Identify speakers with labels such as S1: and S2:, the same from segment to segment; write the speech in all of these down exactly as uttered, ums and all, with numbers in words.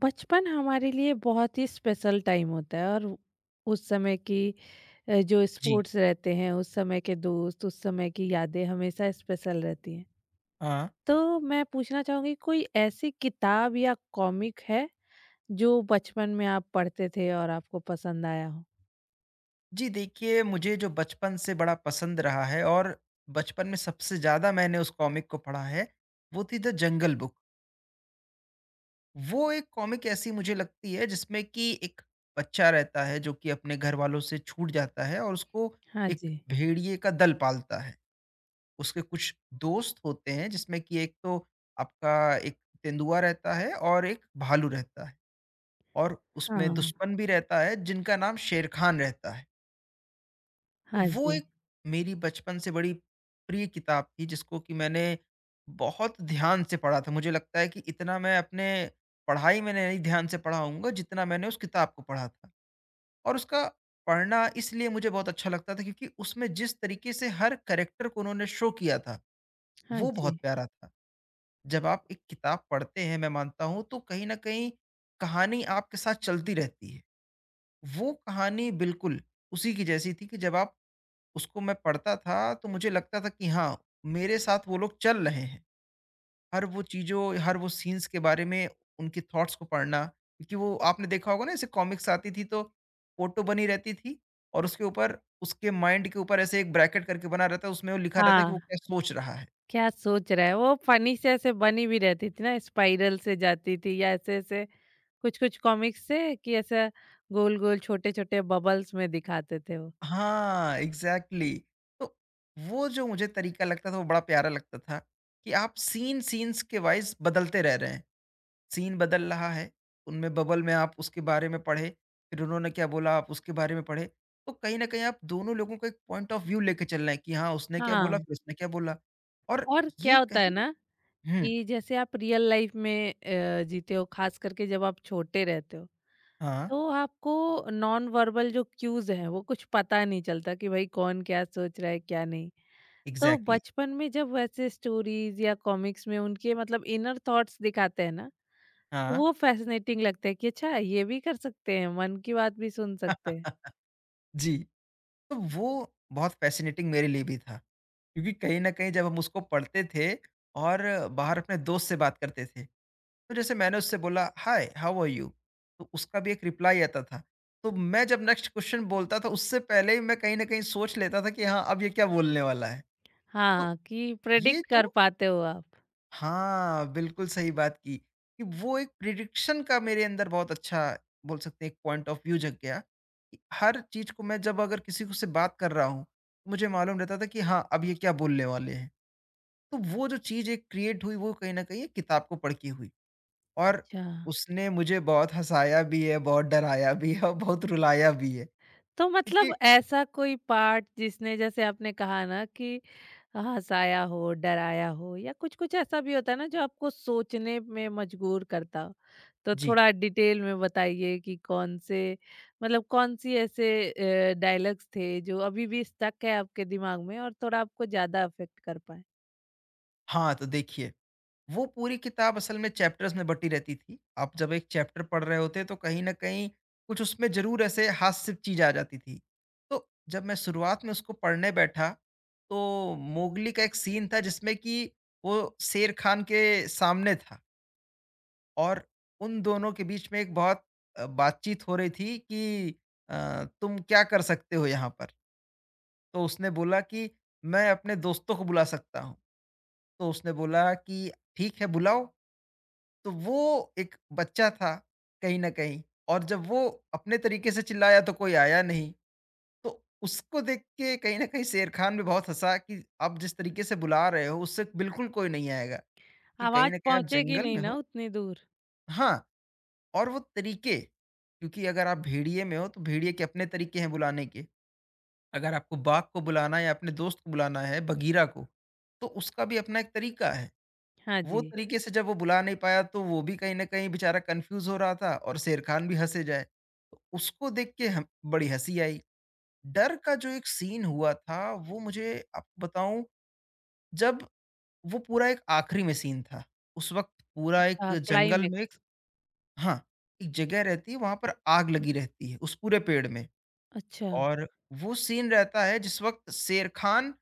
S1: बचपन हमारे लिए बहुत ही स्पेशल टाइम होता है। और उ- उस समय की अ, जो
S2: जी।
S1: स्पोर्ट्स रहते हैं, उस समय के दोस्त, उस समय की यादें हमेशा स्पेशल रहती हैं।
S2: हाँ।
S1: तो मैं पूछना चाहूंगी, कोई ऐसी किताब या कॉमिक है जो बचपन में आप पढ़ते थे और आपको पसंद आया हो?
S2: जी, देखिए मुझे जो बचपन से बड़ा पसंद रहा है और बचपन में सबसे ज़्यादा मैंने उस कॉमिक को पढ़ा है, वो थी द जंगल बुक। वो एक कॉमिक ऐसी मुझे लगती है जिसमें कि एक बच्चा रहता है जो कि अपने घरवालों से छूट जाता है, और उसको
S1: हाँ
S2: एक
S1: जी।
S2: भेड़िए का दल पालता है। उसके कुछ दोस्त होते हैं जिसमें कि एक तो आपका एक तेंदुआ रहता है और एक भालू रहता है, और उसमें
S1: हाँ।
S2: दुश्मन भी रहता है जिनका नाम शेर खान रहता है। तो
S1: हाँ
S2: वो
S1: जी।
S2: एक मेरी बचपन से बड़ी प्रिय किताब थी जिसको कि मैंने बहुत ध्यान से पढ़ा था। मुझे लगता है कि इतना मैं अपने पढ़ाई में नहीं ध्यान से पढ़ा होऊँगा जितना मैंने उस किताब को पढ़ा था। और उसका पढ़ना इसलिए मुझे बहुत अच्छा लगता था क्योंकि उसमें जिस तरीके से हर कैरेक्टर को उन्होंने शो किया था,
S1: हाँ
S2: वो बहुत
S1: जी।
S2: प्यारा था। जब आप एक किताब पढ़ते हैं मैं मानता हूँ, तो कहीं न कहीं कहानी आपके साथ चलती रहती है। वो कहानी बिल्कुल उसी की जैसी थी कि जब आप उसको मैं पढ़ता था, तो मुझे लगता था कि हाँ, मेरे साथ वो लोग चल रहे हैं। हर वो चीज़ों, हर वो सीन्स के बारे में उनके थॉट्स को पढ़ना, क्योंकि वो आपने देखा होगा ना, ऐसे कॉमिक्स आती थी तो फ़ोटो बनी रहती थी, और उसके ऊपर उसके माइंड के ऊपर ऐसे एक ब्रैकेट करके बना रहता है, उसमें वो लिखा रहता है कि
S1: हाँ,
S2: वो क्या सोच रहा है।
S1: क्या सोच रहा है वो, फनी से ऐसे बनी भी रहती थी ना, स्पाइरल से जाती थी या ऐसे ऐसे कुछ-कुछ कॉमिक्स थे कि ऐसा गोल-गोल छोटे-छोटे बबल्स में दिखाते थे वो।
S2: हाँ, एग्ज़ैक्टली। तो वो जो मुझे तरीका लगता था, वो बड़ा प्यारा लगता था कि आप सीन, सीन्स के वाइज़ बदलते रह रहे हैं। सीन बदल रहा है, उनमें बबल में आप उसके बारे में पढ़े, फिर उन्होंने क्या बोला आप उसके बारे में पढ़े, तो कहीं न कहीं आप दोनों लोगों का एक पॉइंट ऑफ व्यू लेके चल रहे हैं कि हाँ, उसने क्या
S1: हाँ।
S2: बोला, फिर उसने क्या बोला, और
S1: और
S2: ये
S1: क्या होता है
S2: कहीं न
S1: ना,
S2: हुँ,
S1: कि जैसे आप रियल लाइफ में अ, जीते हो, खास करके जब आप छोटे रहते हो,
S2: हाँ,
S1: तो आपको नॉन वर्बल जो क्यूज़ हैं वो कुछ पता नहीं चलता कि भाई कौन क्या सोच रहा है, क्या नहीं। तो
S2: इग्ज़ैक्टली।
S1: बचपन में जब वैसे स्टोरीज़ या कॉमिक्स में उनके मतलब इनर थॉट्स दिखाते हैं ना, तो
S2: हाँ।
S1: वो फैसिनेटिंग लगता है कि अच्छा, ये भी कर सकते हैं, मन की बात भी सुन सकते हैं।
S2: जी, तो वो बहुत फ़ैसिनेटिंग मेरे लिए भी था, क्योंकि कहीं न कहीं जब हम उसको पढ़ते थे और बाहर अपने दोस्त से बात करते थे, तो जैसे मैंने उससे बोला हाय हाउ आर यू, तो उसका भी एक रिप्लाई आता था। तो मैं जब नेक्स्ट क्वेश्चन बोलता था उससे पहले ही मैं कहीं ना कहीं सोच लेता था कि हाँ, अब ये क्या बोलने वाला है। तो
S1: हाँ, कि
S2: ये
S1: प्रेडिक्ट कर
S2: जो
S1: पाते हो आप।
S2: हाँ, बिल्कुल सही बात की कि वो एक प्रिडिक्शन का मेरे अंदर बहुत अच्छा बोल सकते हैं एक पॉइंट ऑफ व्यू जग गया कि हर चीज को मैं जब अगर किसी को से बात कर रहा हूँ, तो मुझे मालूम रहता था कि हाँ, अब ये क्या बोलने वाले हैं। तो वो जो चीज एक क्रिएट हुई वो कहीं ना कहीं एक किताब को पढ़ के हुई। और
S1: अच्छा।
S2: उसने मुझे बहुत हँसाया भी है, बहुत डराया भी है और बहुत रुलाया भी है,
S1: तो
S2: क्योंकि
S1: मतलब ऐसा कोई पार्ट जिसने, जैसे आपने कहा ना कि हँसाया हो, डराया हो, या कुछ-कुछ ऐसा भी होता है ना जो आपको सोचने में मजबूर करता हो? तो
S2: जी,
S1: थोड़ा डिटेल में बताइए कि कौन से, मतलब कौन-सी ऐसे अ, डायलॉग्स थे जो अभी भी स्टक है आपके दिमाग में और थोड़ा आपको ज़्यादा अफ़ेक्ट कर पाएँ?
S2: हाँ, तो देखिए वो पूरी किताब असल में चैप्टर्स में बटी रहती थी। आप जब एक चैप्टर पढ़ रहे होते तो कहीं न कहीं कुछ उसमें ज़रूर ऐसे हास्य चीज़ आ जाती थी। तो जब मैं शुरुआत में उसको पढ़ने बैठा, तो मोगली का एक सीन था जिसमें कि वो शेर खान के सामने था। और उन दोनों के बीच में एक बहुत अ, बातचीत हो रही थी कि अ, तुम क्या कर सकते हो यहाँ पर? तो उसने बोला कि मैं अपने दोस्तों को बुला सकता हूँ। तो उसने बोला कि ठीक है, बुलाओ। तो वो एक बच्चा था कहीं न कहीं, और जब वो अपने तरीके से चिल्लाया तो कोई आया नहीं। तो उसको देख के कहीं न कहीं शेर खान भी बहुत हँसा कि आप जिस तरीके से बुला रहे हो उससे बिल्कुल कोई नहीं आएगा, कि कहीं
S1: आवाज़
S2: न कहीं आप
S1: पहुँचेगी
S2: जंगल
S1: नहीं
S2: में
S1: ना
S2: हो।
S1: उतनी दूर।
S2: हाँ। और वो तरीके, क्योंकि अगर आप भेड़िए में हो तो भेड़िए के अपने तरीके हैं बुलाने के, अगर आपको बाघ को बुलाना है या अपने दोस्त को बुलाना है बगीरा को, तो उसका भी अपना एक तरीका है।
S1: हाँ
S2: वो
S1: जी।
S2: तरीके से जब वो बुला नहीं पाया, तो वो भी कहीं ना कहीं बेचारा कंफ्यूज हो रहा था और शेर खान भी हंसे जाए। तो उसको देख के हम बड़ी हंसी आई। डर का जो एक सीन हुआ था, वो मुझे आपको बताऊं, जब वो पूरा एक आखिरी में सीन था, उस वक्त पूरा एक
S1: अच्छा,
S2: जंगल में
S1: क्लाइमेक्स।
S2: हाँ, एक जगह रहती है, वहाँ पर आग लगी रहती है उस पूरे पेड़ में।
S1: अच्छा।
S2: और वो सीन रहता है जिस वक़्त शेर खान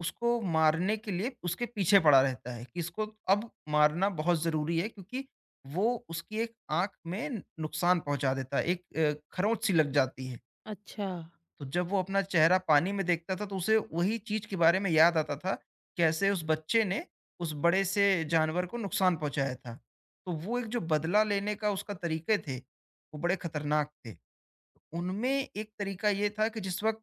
S2: उसको मारने के लिए उसके पीछे पड़ा रहता है कि इसको अब मारना बहुत ज़रूरी है, क्योंकि वो उसकी एक आँख में नुकसान पहुँचा देता है, एक अ, खरोंच-सी लग जाती है।
S1: अच्छा।
S2: तो जब वो अपना चेहरा पानी में देखता था तो उसे वही चीज़ के बारे में याद आता था, कैसे उस बच्चे ने उस बड़े से जानवर को नुकसान पहुँचाया था। तो वो एक जो बदला लेने का उसका तरीके थे, वो बड़े खतरनाक थे। तो उनमें एक तरीका ये था कि जिस वक़्त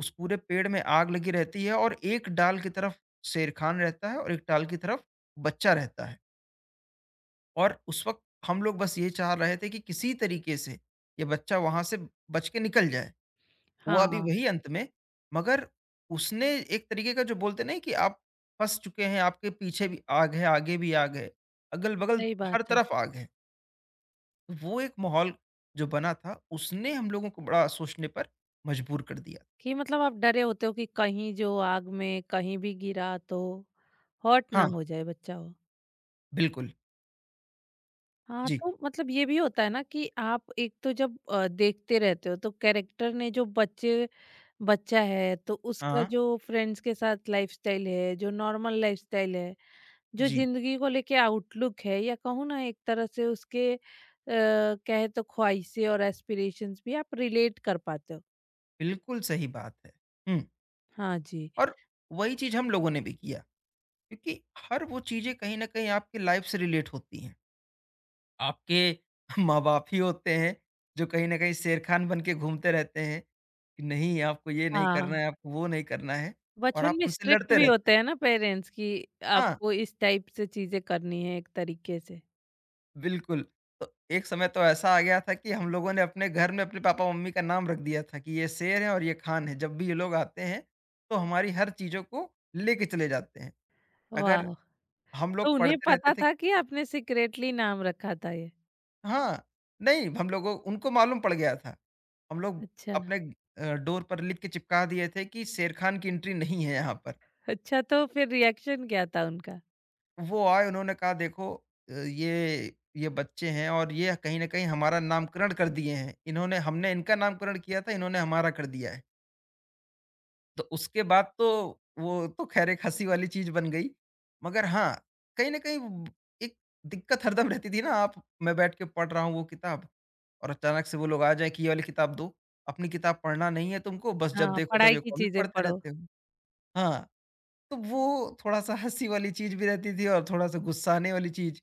S2: उस पूरे पेड़ में आग लगी रहती है, और एक डाल की तरफ शेर खान रहता है और एक डाल की तरफ बच्चा रहता है। और उस वक़्त हम लोग बस ये चाह रहे थे कि किसी तरीके से ये बच्चा वहाँ से बच के निकल जाए। हुआ भी
S1: हाँ,
S2: वही अंत में, मगर उसने एक तरीके का जो बोलते नहीं कि आप फँस चुके हैं, आपके पीछे भी आग है, आगे भी आग है, अगल-बगल
S1: सही
S2: हर
S1: बात है।
S2: तरफ आग है। तो वो एक माहौल जो बना था, उसने हम लोगों को बड़ा सोचने पर मजबूर कर दिया।
S1: कि मतलब आप डरे होते हो कि कहीं जो आग में कहीं भी गिरा तो हॉट ना
S2: हाँ,
S1: हो जाए, बच्चा हो।
S2: बिल्कुल।
S1: हाँ,
S2: जी।
S1: तो मतलब ये भी होता है ना कि आप एक तो जब अ, देखते रहते हो तो कैरेक्टर ने, जो बच्चे, बच्चा है तो उसका
S2: हाँ,
S1: जो फ्रेंड्स के साथ लाइफस्टाइल है, जो नॉर्मल लाइफस्टाइल है, जो
S2: जी।
S1: ज़िंदगी को लेके आउटलुक है, या कहूँ ना एक तरह से उसके अ, कहे तो ख्वाहिशें और एस्पिरेशंस भी आप रिलेट कर पाते हो।
S2: बिल्कुल सही बात है। हुँ,
S1: हाँ जी।
S2: और वही चीज़ हम लोगों ने भी किया, क्योंकि हर वो चीज़ें कहीं न कहीं आपकी लाइफ़ से रिलेट होती हैं। आपके माँ-बाप ही होते हैं, जो कहीं न कहीं शेर खान बन के घूमते रहते हैं, कि नहीं आपको ये नहीं करना
S1: हाँ।
S2: है, आपको वो नहीं करना है, और आप
S1: बचपन में
S2: उनसे
S1: स्ट्रिक्ट
S2: लड़ते
S1: भी
S2: रहते हैं।
S1: होते हैं ना पेरेंट्स, कि
S2: हाँ,
S1: आपको इस टाइप से चीजें करनी है एक तरीके से।
S2: बिल्कुल। तो एक समय तो ऐसा आ गया था कि हम लोगों ने अपने घर में अपने पापा-मम्मी का नाम रख दिया था कि ये शेर है और ये खान है, जब भी ये लोग आते हैं, तो हमारी हर चीज़ों को लेके चले जाते हैं।
S1: वाह!
S2: अगर हम
S1: तो
S2: लोग
S1: उन्हें
S2: पढ़ते रहते
S1: पता
S2: थे
S1: था कि आपने सीक्रेटली नाम रखा था ये?
S2: हाँ, नहीं हम लोगों उनको मालूम पड़ गया था। हम लोग
S1: अच्छा।
S2: अपने अ, डोर पर लिख के चिपका दिए थे कि शेर खान की एंट्री नहीं है यहाँ पर।
S1: अच्छा, तो फिर रिएक्शन क्या था उनका?
S2: वो आए उन्होंने कहा देखो, अ, ये ये बच्चे हैं और ये कहीं न कहीं हमारा नामकरण कर दिए हैं। इन्होंने हमने इनका नामकरण किया था, इन्होंने हमारा कर दिया है। तो उसके बाद तो वो तो खैर एक हँसी वाली चीज़ बन गई। मगर हाँ, कहीं न कहीं ब एक दिक्कत हरदम रहती थी ना, आप मैं बैठ के पढ़ रहा हूँ वो किताब, और अचानक से वो लोग आ जाएँ कि ये वाली किताब दो, अपनी किताब पढ़ना नहीं है तुमको, बस जब
S1: हाँ,
S2: देखो तब
S1: पढ़ाई
S2: ये
S1: की
S2: कॉमिक
S1: चीजें
S2: पढ़ते
S1: पढ़ो।
S2: रहते हो। हाँ, तो वो थोड़ा-सा हँसी वाली चीज़ भी रहती थी और थोड़ा-सा गुस्सा आने वाली चीज़।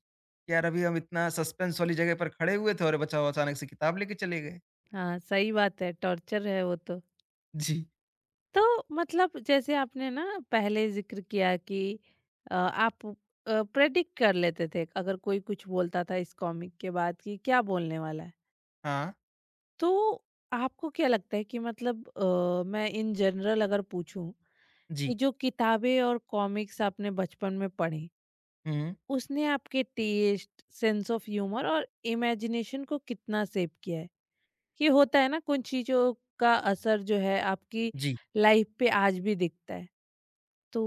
S2: यार अभी हम इतना सस्पेंस वाली जगह पर खड़े हुए थे और ये बचाओ अचानक से किताब लेके चले गए।
S1: हाँ, सही बात है, टॉर्चर है वो तो।
S2: जी।
S1: तो मतलब जैसे आपने ना पहले ज़िक्र किया कि अ, आप अ, प्रेडिक्ट कर लेते थे, अगर कोई कुछ बोलता था इस कॉमिक के बाद कि क्या बोलने वाला है।
S2: हाँ।
S1: तो आपको क्या लगता है कि मतलब, अ, मैं इन जनरल अगर पूछूं
S2: जी।
S1: कि जो किताबें और कॉमिक्स आपने बचपन में पढ़े,
S2: हुँ।
S1: उसने आपके टेस्ट, सेंस ऑफ ह्यूमर और इमेजिनेशन को कितना शेप किया है। कि होता है ना कुछ चीजों का असर जो है आपकी
S2: जी,
S1: लाइफ पे आज भी दिखता है। तो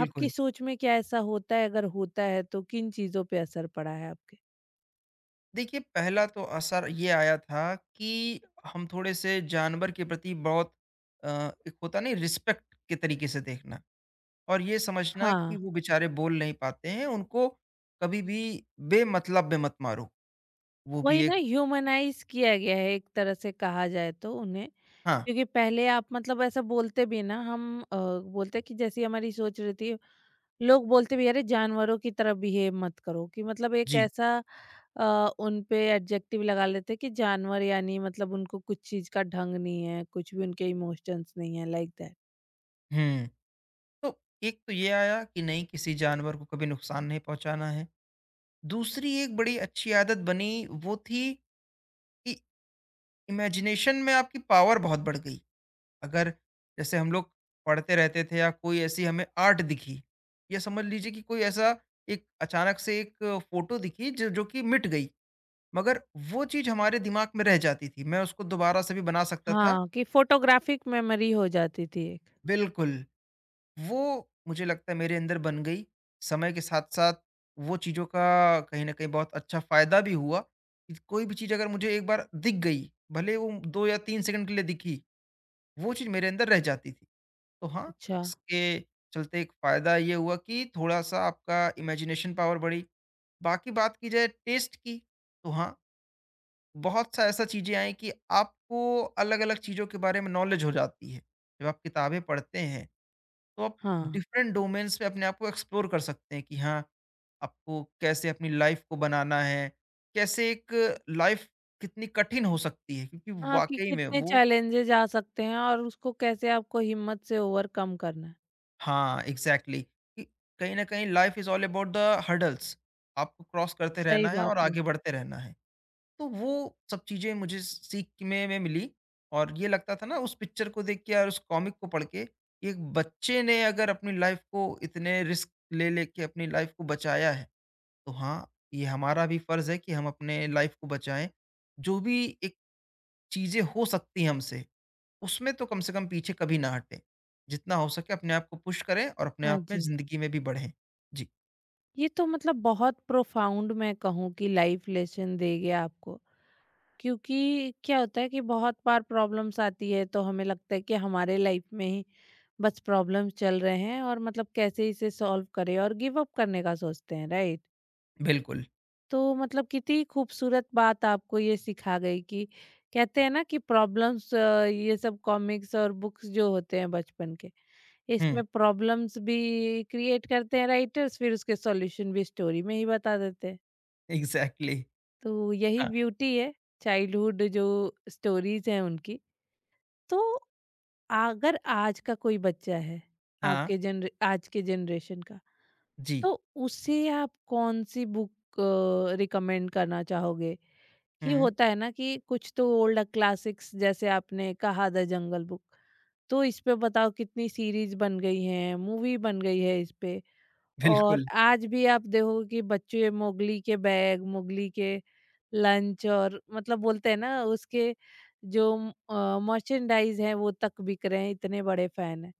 S1: आपकी सोच में क्या ऐसा होता है, अगर होता है तो किन चीजों पे असर पड़ा है आपके?
S2: देखिए, पहला तो असर ये आया था कि हम थोड़े-से जानवर के प्रति बहुत अ, एक होता नहीं रिस्पेक्ट के तरीके से देखना, और ये समझना कि
S1: हाँ,
S2: वो बेचारे बोल नहीं पाते हैं, उनको कभी भी बेमतलब में मत मारो। वो भी
S1: वही ना,
S2: एक
S1: ह्यूमनाइज किया गया है एक तरह से कहा जाए तो उन्हें।
S2: हाँ,
S1: क्योंकि पहले आप, मतलब ऐसा बोलते भी ना, हम अ, बोलते हैं कि जैसी हमारी सोच रहती है। लोग बोलते भी, अरे जानवरों की तरह बिहेव मत करो, कि मतलब एक
S2: जी।
S1: ऐसा आ, उन पे एडजेक्टिव लगा लेते हैं कि जानवर, यानी मतलब उनको कुछ चीज का ढंग नहीं है, कुछ भी उनके इमोशंस नहीं है, लाइक दैट।
S2: हुँ, तो एक तो ये आया कि नहीं, किसी जानवर को कभी नुकसान नहीं पहुँचाना है। दूसरी एक बड़ी अच्छी आदत बनी, वो थी कि इमेजिनेशन में आपकी पावर बहुत बढ़ गई। अगर जैसे हम लोग पढ़ते रहते थे या कोई ऐसी हमें आर्ट दिखी, या समझ लीजिए कि कोई ऐसा एक अचानक से एक फोटो दिखी जो जो कि मिट गई, मगर वो चीज़ हमारे दिमाग में रह जाती थी, मैं उसको दोबारा से भी बना सकता था।
S1: हाँ, कि फोटोग्राफिक मेमोरी हो जाती थी एक।
S2: बिल्कुल। वो मुझे लगता है मेरे अंदर बन गई समय के साथ साथ। वो चीज़ों का कहीं ना कहीं बहुत अच्छा फ़ायदा भी हुआ कि कोई भी चीज़ अगर मुझे एक बार दिख गई, भले वो दो या तीन सेकंड के लिए दिखी, वो चीज़ मेरे अंदर रह जाती थी। तो हाँ,
S1: अच्छा।
S2: इसके चलते एक फ़ायदा ये हुआ कि थोड़ा-सा आपका इमेजिनेशन पावर बढ़ी। बाकी बात की जाए टेस्ट की, तो हाँ, बहुत सा ऐसा चीज़ें आई कि आपको अलग-अलग चीज़ों के बारे में नॉलेज हो जाती है। जब आप किताबें पढ़ते हैं, तो आप
S1: हाँ।
S2: डिफरेंट डोमेन्स पे अपने आप को एक्सप्लोर कर सकते हैं कि हाँ, आपको कैसे अपनी लाइफ़ को बनाना है, कैसे एक लाइफ़ कितनी कठिन हो सकती है, क्योंकि
S1: हाँ, कि
S2: वाक़ई में
S1: कितने
S2: वो
S1: चैलेंजेस आ सकते हैं और उसको कैसे आपको हिम्मत से ओवरकम करना है।
S2: हाँ, एग्ज़ैक्टली कि कहीं न कहीं life is all about the hurdles, आपको क्रॉस करते
S1: सही
S2: रहना है
S1: बात
S2: और
S1: है।
S2: आगे बढ़ते रहना है। तो वो सब चीज़ें मुझे सीख में में मिली, और ये लगता था ना उस पिक्चर को देख के और उस कॉमिक को पढ़ के, कि एक बच्चे ने अगर अपनी लाइफ़ को इतने रिस्क ले लेके अपनी लाइफ़ को बचाया है, तो हाँ, ये हमारा भी फ़र्ज़ है कि हम अपने लाइफ़ को बचाएँ। जो भी एक चीज़ें हो सकती हैं हमसे, उसमें तो कम से कम पीछे कभी ना हटें। जितना हो सके अपने आप को पुश करें और अपने
S1: हाँ
S2: आप में
S1: जी।
S2: ज़िंदगी में भी बढ़ें। जी,
S1: ये तो मतलब बहुत प्रोफाउंड, मैं कहूँ कि लाइफ लेसन दे गया आपको। क्योंकि क्या होता है कि बहुत बार प्रॉब्लम्स आती है तो हमें लगता है कि हमारे लाइफ में ही बस प्रॉब्लम्स चल रहे हैं और मतलब कैसे इसे सॉल्व करें, और गिव अप करने का सोचते हैं, राइट?
S2: बिल्कुल।
S1: तो मतलब कितनी खूबसूरत बात आपको ये सिखा गई कि, कहते हैं ना कि प्रॉब्लम्स, ये सब कॉमिक्स और बुक्स जो होते हैं बचपन के,
S2: हुँ,
S1: इसमें प्रॉब्लम्स भी क्रिएट करते हैं राइटर्स, फिर उसके सॉल्यूशन भी स्टोरी में ही बता देते हैं।
S2: एग्ज़ैक्टली।
S1: तो यही
S2: हाँ,
S1: ब्यूटी है चाइल्डहुड जो स्टोरीज हैं उनकी। तो अगर आज का कोई बच्चा है,
S2: हाँ,
S1: आपके जनरे, आज के जनरेशन का,
S2: जी।
S1: तो उसे आप कौन-सी बुक अ, रिकमेंड करना चाहोगे? कि
S2: हुँ,
S1: होता है ना कि कुछ तो ओल्ड क्लासिक्स, जैसे आपने कहा द जंगल बुक, तो इस पे बताओ कितनी सीरीज बन गई हैं, मूवी बन गई है इस पे। और
S2: बिल्कुल।
S1: आज भी आप देखोगे कि बच्चे मोगली के बैग, मोगली के लंच, और मतलब बोलते हैं ना उसके जो अ, मर्चेंडाइज़ हैं वो तक बिक रहे हैं, इतने बड़े फ़ैन हैं।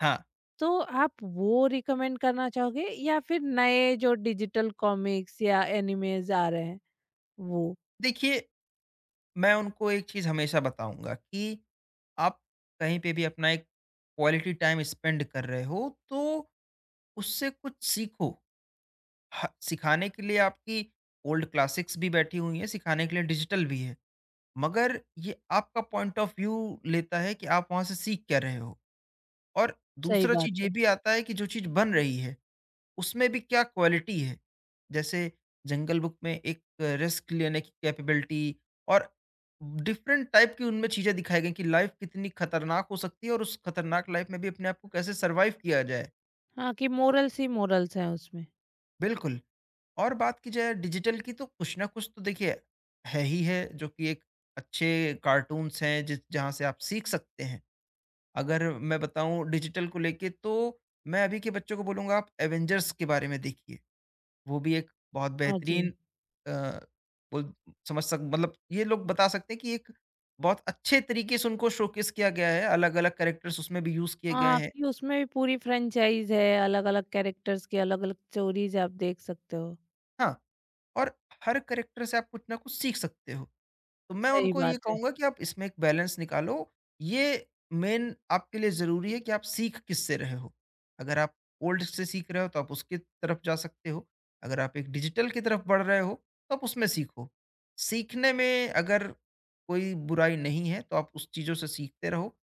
S2: हाँ,
S1: तो आप वो रिकमेंड करना चाहोगे या फिर नए जो डिजिटल कॉमिक्स या एनिमेज़ आ रहे हैं वो?
S2: देखिए मैं उनको एक चीज़ हमेशा बताऊँगा कि आप कहीं पे भी अपना एक क्वालिटी टाइम स्पेंड कर रहे हो, तो उससे कुछ सीखो। ह सिखाने के लिए आपकी ओल्ड क्लासिक्स भी बैठी हुई हैं, सिखाने के लिए डिजिटल भी है। मगर ये आपका पॉइंट ऑफ व्यू लेता है कि आप वहाँ से सीख क्या रहे हो। और
S1: सही
S2: दूसरा
S1: बात
S2: चीज़ ये
S1: है।
S2: भी आता है कि जो चीज़ बन रही है, उसमें भी क्या क्वालिटी है। जैसे जंगल बुक में एक रिस्क लेने की कैपेबिलिटी और डिफरेंट टाइप की उनमें चीज़ें दिखाई गई कि लाइफ़ कितनी खतरनाक हो सकती है और उस खतरनाक लाइफ़ में भी अपने आप को कैसे सर्वाइव किया जाए।
S1: हाँ, कि
S2: तो
S1: मोरल्स ही मोरल्स हैं उसमें।
S2: बिल्कुल, और बात की जाए डिजिटल की तो कुछ ना कुछ तो देखिए है ही है, जो कि एक अच्छे कार्टून्स हैं जिस जहाँ से आप सीख सकते हैं। अगर मैं बताऊँ डिजिटल को लेके, तो मैं अभी के बच्चों को बोलूँगा आप एवेंजर्स के बारे में देखिए। वो भी एक बहुत
S1: हाँ जी।
S2: बेहतरीन अ, बोल समझ सक मतलब ये लोग बता सकते हैं कि एक बहुत अच्छे तरीके से उनको शोकेस किया गया है, अलग-अलग कैरेक्टर्स उसमें भी यूज़ किए गए
S1: हाँ,
S2: हैं।
S1: कि उसमें भी पूरी फ्रेंचाइज़ है, अलग-अलग कैरेक्टर्स की अलग-अलग स्टोरीज़ आप देख सकते हो।
S2: हाँ, और हर कैरेक्टर से आप कुछ ना कुछ सीख सकते हो। तो मैं
S1: सही
S2: उनको ये
S1: बात है।
S2: कहूँगा कि आप इसमें एक बैलेंस निकालो। ये मेन आपके लिए ज़रूरी है कि आप सीख किससे रहे हो। अगर आप ओल्ड से सीख रहे हो तो आप उसकी तरफ जा सकते हो। अगर आप एक डिजिटल की तरफ बढ़ रहे हो तो आप उसमें सीखो। सीखने में अगर कोई बुराई नहीं है, तो आप उस चीज़ों से सीखते रहो।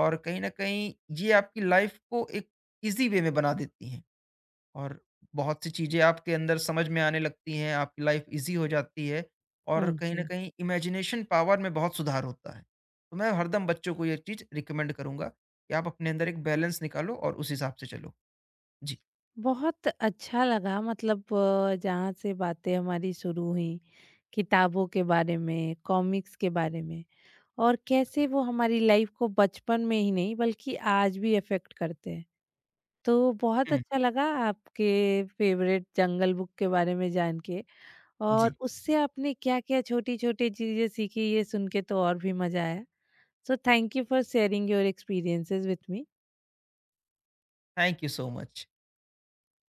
S2: और कहीं न कहीं ये आपकी लाइफ़ को एक ईज़ी वे में बना देती हैं। और बहुत सी चीज़ें आपके अंदर समझ में आने लगती हैं, आपकी लाइफ़ ईज़ी हो जाती है,
S1: हाँ
S2: और कहीं न
S1: जी।
S2: कहीं इमेजिनेशन पावर में बहुत सुधार होता है। तो मैं हरदम बच्चों को ये चीज़ रिकमेंड करूँगा कि आप अपने अंदर एक बैलेंस निकालो और उस हिसाब से चलो। जी।
S1: बहुत अच्छा लगा, मतलब अ, जहाँ से बातें हमारी शुरू हुई किताबों के बारे में, कॉमिक्स के बारे में, और कैसे वो हमारी लाइफ को बचपन में ही नहीं बल्कि आज भी अफेक्ट करते हैं। तो बहुत
S2: हुँ।
S1: अच्छा लगा आपके फेवरेट जंगल बुक के बारे में जान के, और
S2: जी।
S1: उससे आपने क्या-क्या छोटी-छोटी चीज़ें सीखी ये सुन के तो और भी मज़ा आया। So thank you for sharing your experiences with me.
S2: Thank you so much.